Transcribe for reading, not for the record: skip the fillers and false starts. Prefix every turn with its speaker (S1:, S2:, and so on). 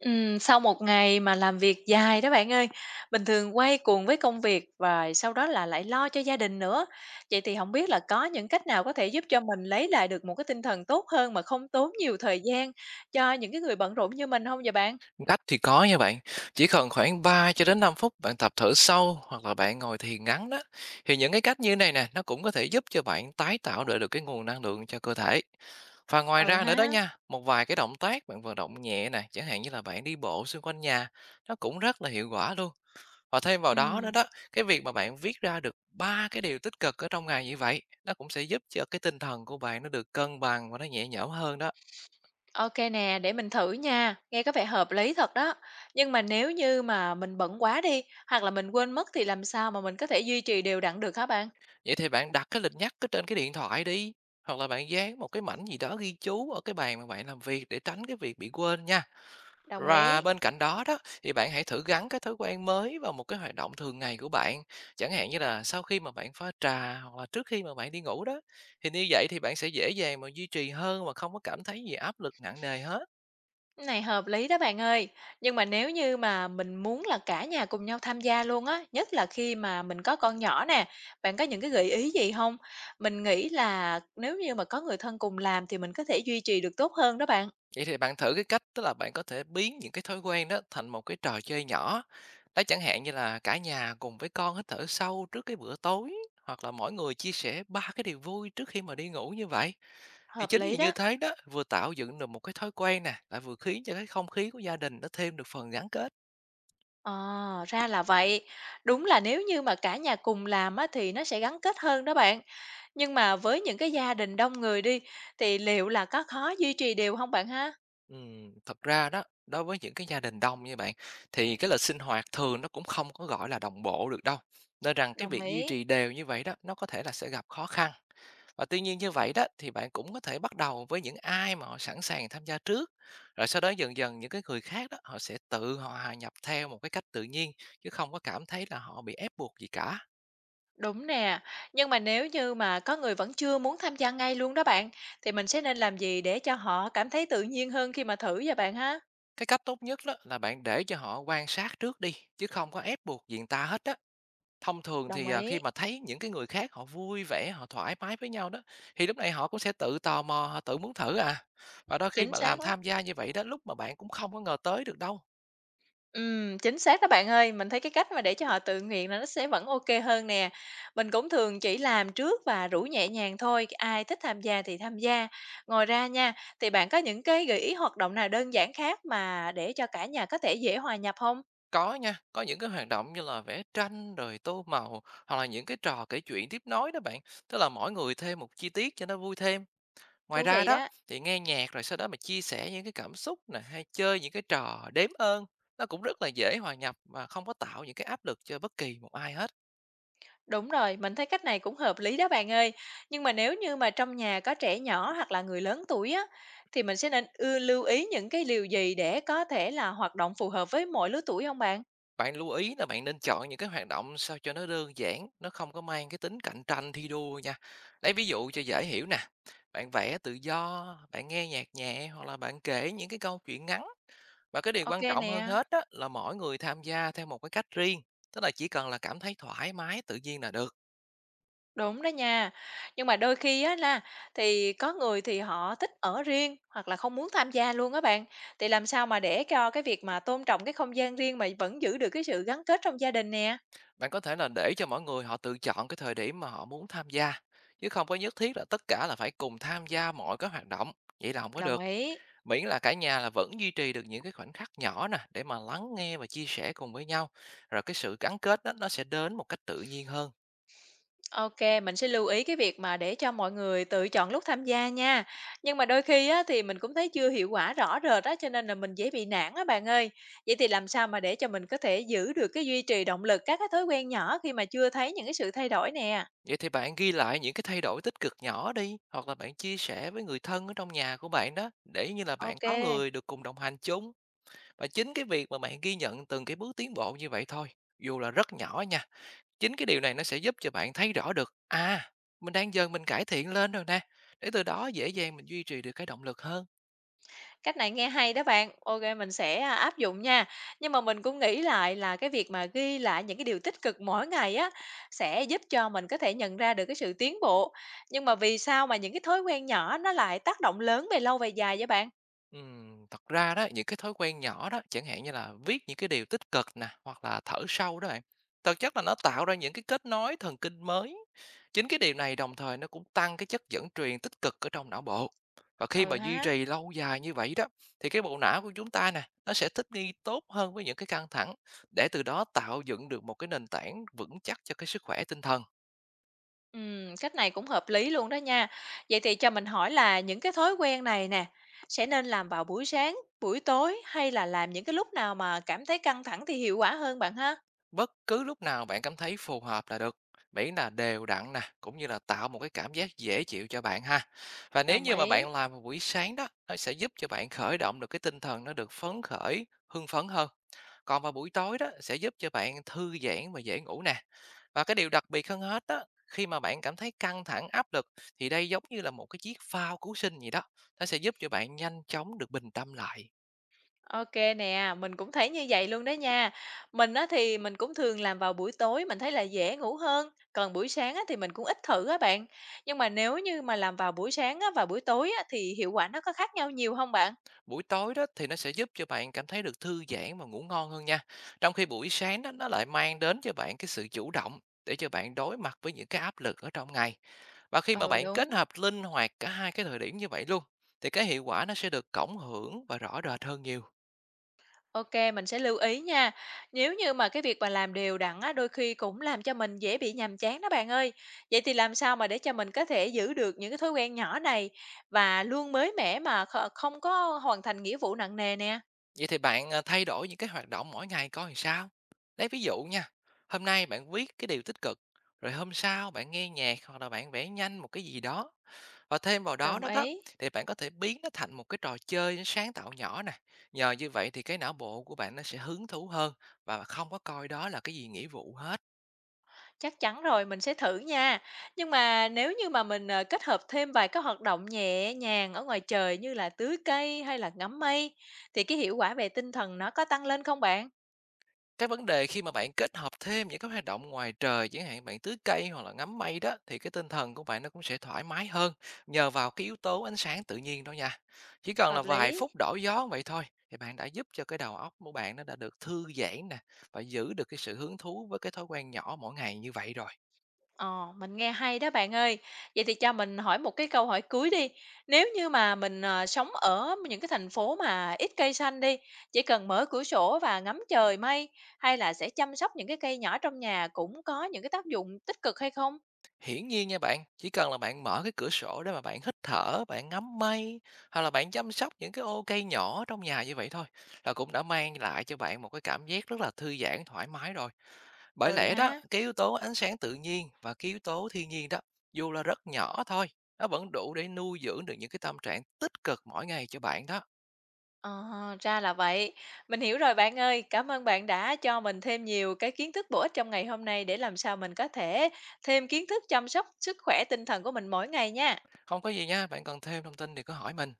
S1: Sau một ngày mà làm việc dài đó bạn ơi, bình thường quay cuồng với công việc và sau đó là lại lo cho gia đình nữa. Vậy thì không biết là có những cách nào có thể giúp cho mình lấy lại được một cái tinh thần tốt hơn mà không tốn nhiều thời gian cho những cái người bận rộn như mình không vậy bạn?
S2: Cách thì có nha bạn. Chỉ cần khoảng 3 cho đến 5 phút bạn tập thở sâu hoặc là bạn ngồi thiền ngắn đó, thì những cái cách như này nè nó cũng có thể giúp cho bạn tái tạo lại được cái nguồn năng lượng cho cơ thể. Và ngoài
S1: Ừ
S2: ra nữa đó
S1: ha.
S2: nha, một vài cái động tác bạn vận động nhẹ nè, chẳng hạn như là bạn đi bộ xung quanh nhà, nó cũng rất là hiệu quả luôn. Và thêm vào đó nữa
S1: Ừm.
S2: đó, cái việc mà bạn viết ra được ba cái điều tích cực ở trong ngày như vậy, nó cũng sẽ giúp cho cái tinh thần của bạn nó được cân bằng và nó nhẹ nhõm hơn đó.
S1: Ô nè, để mình thử nha, nghe có vẻ hợp lý thật đó. Nhưng mà nếu như mà mình bận quá đi, hoặc là mình quên mất thì làm sao mà mình có thể duy trì đều đặn được hả bạn?
S2: Vậy thì bạn đặt cái lịch nhắc ở trên cái điện thoại đi, hoặc là bạn dán một cái mảnh gì đó ghi chú ở cái bàn mà bạn làm việc để tránh cái việc bị quên nha.
S1: Đồng
S2: Và
S1: ý.
S2: bên cạnh đó đó thì bạn hãy thử gắn cái thói quen mới vào một cái hoạt động thường ngày của bạn. Chẳng hạn như là sau khi mà bạn pha trà hoặc là trước khi mà bạn đi ngủ đó. Thì như vậy thì bạn sẽ dễ dàng mà duy trì hơn mà không có cảm thấy gì áp lực nặng nề hết.
S1: Này hợp lý đó bạn ơi. Nhưng mà nếu như mà mình muốn là cả nhà cùng nhau tham gia luôn á, nhất là khi mà mình có con nhỏ nè, bạn có những cái gợi ý gì không? Mình nghĩ là nếu như mà có người thân cùng làm thì mình có thể duy trì được tốt hơn đó bạn.
S2: Vậy thì bạn thử cái cách, tức là bạn có thể biến những cái thói quen đó thành một cái trò chơi nhỏ. Đó, chẳng hạn như là cả nhà cùng với con hít thở sâu trước cái bữa tối, hoặc là mỗi người chia sẻ ba cái điều vui trước khi mà đi ngủ như vậy. Thì
S1: Hợp
S2: chính vì
S1: lý
S2: như
S1: đó.
S2: thế đó, vừa tạo dựng được một cái thói quen nè, lại vừa khiến cho cái không khí của gia đình nó thêm được phần gắn kết.
S1: Ờ, ra là vậy. Đúng là nếu như mà cả nhà cùng làm á thì nó sẽ gắn kết hơn đó bạn. Nhưng mà với những cái gia đình đông người đi thì liệu là có khó duy trì đều không bạn ha?
S2: Thật ra đó, đối với những cái gia đình đông như bạn, thì cái lịch sinh hoạt thường nó cũng không có, gọi là, đồng bộ được đâu, nên rằng cái
S1: Đồng
S2: việc duy
S1: ý.
S2: trì đều như vậy đó, nó có thể là sẽ gặp khó khăn. Và tuy nhiên như vậy đó, thì bạn cũng có thể bắt đầu với những ai mà họ sẵn sàng tham gia trước, rồi sau đó dần dần những cái người khác đó, họ sẽ tự họ hòa nhập theo một cái cách tự nhiên, chứ không có cảm thấy là họ bị ép buộc gì cả.
S1: Đúng nè, nhưng mà nếu như mà có người vẫn chưa muốn tham gia ngay luôn đó bạn, thì mình sẽ nên làm gì để cho họ cảm thấy tự nhiên hơn khi mà thử vậy bạn ha?
S2: Cái cách tốt nhất đó là bạn để cho họ quan sát trước đi, chứ không có ép buộc gì người ta hết á. Thông thường
S1: Đồng
S2: thì,
S1: ý.
S2: khi mà thấy những cái người khác họ vui vẻ, họ thoải mái với nhau đó, thì lúc này họ cũng sẽ tự tò mò, họ tự muốn thử à. Và đôi khi
S1: Chính
S2: mà
S1: xác
S2: làm
S1: đó.
S2: tham gia như vậy đó, lúc mà bạn cũng không có ngờ tới được đâu.
S1: Chính xác đó bạn ơi, mình thấy cái cách mà để cho họ tự nguyện là nó sẽ vẫn ok hơn nè. Mình cũng thường chỉ làm trước và rủ nhẹ nhàng thôi, ai thích tham gia thì tham gia. Ngoài ra nha, thì bạn có những cái gợi ý hoạt động nào đơn giản khác mà để cho cả nhà có thể dễ hòa nhập không?
S2: Có nha, có những cái hoạt động như là vẽ tranh, rồi tô màu, hoặc là những cái trò kể chuyện tiếp nối đó bạn, tức là mỗi người thêm một chi tiết cho nó vui thêm. Ngoài
S1: Thú
S2: ra
S1: vị
S2: đó,
S1: đó.
S2: thì nghe nhạc rồi sau đó mà chia sẻ những cái cảm xúc nè, hay chơi những cái trò đếm ơn, nó cũng rất là dễ hòa nhập mà không có tạo những cái áp lực cho bất kỳ một ai hết.
S1: Đúng rồi, mình thấy cách này cũng hợp lý đó bạn ơi. Nhưng mà nếu như mà trong nhà có trẻ nhỏ hoặc là người lớn tuổi á, thì mình sẽ nên lưu ý những cái điều gì để có thể là hoạt động phù hợp với mọi lứa tuổi không bạn?
S2: Bạn lưu ý là bạn nên chọn những cái hoạt động sao cho nó đơn giản, nó không có mang cái tính cạnh tranh thi đua nha. Lấy ví dụ cho dễ hiểu nè. Bạn vẽ tự do, bạn nghe nhạc nhẹ hoặc là bạn kể những cái câu chuyện ngắn. Và cái điều
S1: Ok
S2: quan trọng
S1: nè,
S2: hơn hết á, là mỗi người tham gia theo một cái cách riêng. Tức là chỉ cần là cảm thấy thoải mái, tự nhiên là được.
S1: đúng đó nha. Nhưng mà đôi khi á là thì có người thì họ thích ở riêng hoặc là không muốn tham gia luôn á bạn. Thì làm sao mà để cho cái việc mà tôn trọng cái không gian riêng mà vẫn giữ được cái sự gắn kết trong gia đình nè.
S2: Bạn có thể là để cho mỗi người họ tự chọn cái thời điểm mà họ muốn tham gia. Chứ không có nhất thiết là tất cả là phải cùng tham gia mọi cái hoạt động. Vậy là không có
S1: Đồng
S2: được.
S1: ý.
S2: Miễn là cả nhà là vẫn duy trì được những cái khoảnh khắc nhỏ nè để mà lắng nghe và chia sẻ cùng với nhau, rồi cái sự gắn kết đó nó sẽ đến một cách tự nhiên hơn.
S1: OK, mình sẽ lưu ý cái việc mà để cho mọi người tự chọn lúc tham gia nha. Nhưng mà đôi khi á, thì mình cũng thấy chưa hiệu quả rõ rệt á, cho nên là mình dễ bị nản á bạn ơi. Vậy thì làm sao mà để cho mình có thể giữ được cái duy trì động lực các cái thói quen nhỏ khi mà chưa thấy những cái sự thay đổi nè?
S2: Vậy thì bạn ghi lại những cái thay đổi tích cực nhỏ đi, hoặc là bạn chia sẻ với người thân ở trong nhà của bạn đó, để như là
S1: Ô
S2: bạn có
S1: kê.
S2: người được cùng đồng hành chung. Và chính cái việc mà bạn ghi nhận từng cái bước tiến bộ như vậy thôi, dù là rất nhỏ nha, chính cái điều này nó sẽ giúp cho bạn thấy rõ được, à, mình đang dần mình cải thiện lên rồi nè, để từ đó dễ dàng mình duy trì được cái động lực hơn.
S1: Cách này nghe hay đó bạn. OK, mình sẽ, áp dụng nha. Nhưng mà mình cũng nghĩ lại là cái việc mà ghi lại những cái điều tích cực mỗi ngày á, sẽ giúp cho mình có thể nhận ra được cái sự tiến bộ. Nhưng mà vì sao mà những cái thói quen nhỏ nó lại tác động lớn về lâu về dài vậy bạn?
S2: Thật ra đó, những cái thói quen nhỏ đó, chẳng hạn như là viết những cái điều tích cực nè, hoặc là thở sâu đó bạn, thực chất là nó tạo ra những cái kết nối thần kinh mới. Chính cái điều này đồng thời nó cũng tăng cái chất dẫn truyền tích cực ở trong não bộ. Và khi
S1: Ừ
S2: mà duy
S1: ha.
S2: trì lâu dài như vậy đó, thì cái bộ não của chúng ta nè, nó sẽ thích nghi tốt hơn với những cái căng thẳng, để từ đó tạo dựng được một cái nền tảng vững chắc cho cái sức khỏe tinh thần.
S1: Cách này cũng hợp lý luôn đó nha. Vậy thì cho mình hỏi là những cái thói quen này nè, sẽ nên làm vào buổi sáng, buổi tối hay là làm những cái lúc nào mà cảm thấy căng thẳng thì hiệu quả hơn bạn ha?
S2: Bất cứ lúc nào bạn cảm thấy phù hợp là được, miễn là đều đặn nè, cũng như là tạo một cái cảm giác dễ chịu cho bạn ha. Và nếu
S1: Đồng
S2: như mà
S1: ý.
S2: bạn làm vào buổi sáng đó, nó sẽ giúp cho bạn khởi động được cái tinh thần nó được phấn khởi, hưng phấn hơn. Còn vào buổi tối đó sẽ giúp cho bạn thư giãn và dễ ngủ nè. Và cái điều đặc biệt hơn hết đó, khi mà bạn cảm thấy căng thẳng áp lực thì đây giống như là một cái chiếc phao cứu sinh gì đó, nó sẽ giúp cho bạn nhanh chóng được bình tâm lại.
S1: OK nè, mình cũng thấy như vậy luôn đó nha. Mình á thì mình cũng thường làm vào buổi tối, mình thấy là dễ ngủ hơn, còn buổi sáng á thì mình cũng ít thử á bạn. Nhưng mà nếu như mà làm vào buổi sáng á và buổi tối á thì hiệu quả nó có khác nhau nhiều không bạn?
S2: Buổi tối đó thì nó sẽ giúp cho bạn cảm thấy được thư giãn và ngủ ngon hơn nha. Trong khi buổi sáng đó nó lại mang đến cho bạn cái sự chủ động để cho bạn đối mặt với những cái áp lực ở trong ngày. Và khi mà
S1: Ừ,
S2: bạn kết
S1: đúng.
S2: hợp linh hoạt cả hai cái thời điểm như vậy luôn, thì cái hiệu quả nó sẽ được cộng hưởng và rõ rệt hơn nhiều.
S1: OK, mình sẽ lưu ý nha. Nếu như mà cái việc mà làm đều đặn á, đôi khi cũng làm cho mình dễ bị nhàm chán đó bạn ơi. Vậy thì làm sao mà để cho mình có thể giữ được những cái thói quen nhỏ này và luôn mới mẻ mà không có hoàn thành nghĩa vụ nặng nề nè?
S2: Vậy thì bạn à, thay đổi những cái hoạt động mỗi ngày coi làm sao? Lấy ví dụ nha, hôm nay bạn viết cái điều tích cực, rồi hôm sau bạn nghe nhạc hoặc là bạn vẽ nhanh một cái gì đó. Và thêm vào đó
S1: Đồng
S2: đó đó,
S1: ý.
S2: thì bạn có thể biến nó thành một cái trò chơi sáng tạo nhỏ nè. Nhờ như vậy thì cái não bộ của bạn nó sẽ hứng thú hơn, và không có coi đó là cái gì nghĩa vụ hết.
S1: Chắc chắn rồi, mình sẽ thử nha. Nhưng mà nếu như mà mình, kết hợp thêm vài cái hoạt động nhẹ nhàng ở ngoài trời như là tưới cây hay là ngắm mây, thì cái hiệu quả về tinh thần nó có tăng lên không bạn?
S2: Cái vấn đề khi mà bạn kết hợp thêm những cái hoạt động ngoài trời, chẳng hạn bạn tưới cây hoặc là ngắm mây đó, thì cái tinh thần của bạn nó cũng sẽ thoải mái hơn nhờ vào cái yếu tố ánh sáng tự nhiên đó nha. Chỉ cần là
S1: Hợp
S2: vài
S1: lý.
S2: phút đổi gió vậy thôi, thì bạn đã giúp cho cái đầu óc của bạn nó đã được thư giãn nè, và giữ được cái sự hứng thú với cái thói quen nhỏ mỗi ngày như vậy rồi.
S1: Ờ, mình nghe hay đó bạn ơi. Vậy thì cho mình hỏi một cái câu hỏi cuối đi. Nếu như mà mình, sống ở những cái thành phố mà ít cây xanh đi, chỉ cần mở cửa sổ và ngắm trời mây, hay là sẽ chăm sóc những cái cây nhỏ trong nhà cũng có những cái tác dụng tích cực hay không?
S2: Hiển nhiên nha bạn, chỉ cần là bạn mở cái cửa sổ để mà bạn hít thở, bạn ngắm mây, hoặc là bạn chăm sóc những cái ô cây nhỏ trong nhà như vậy thôi, là cũng đã mang lại cho bạn một cái cảm giác rất là thư giãn, thoải mái rồi. Bởi
S1: Ừ
S2: lẽ đó,
S1: ha.
S2: cái yếu tố ánh sáng tự nhiên và cái yếu tố thiên nhiên đó, dù là rất nhỏ thôi, nó vẫn đủ để nuôi dưỡng được những cái tâm trạng tích cực mỗi ngày cho bạn đó.
S1: Ờ, ra là vậy. Mình hiểu rồi bạn ơi. Cảm ơn bạn đã cho mình thêm nhiều cái kiến thức bổ ích trong ngày hôm nay để làm sao mình có thể thêm kiến thức chăm sóc sức khỏe tinh thần của mình mỗi ngày nha.
S2: Không có gì nha, bạn cần thêm thông tin thì cứ hỏi mình.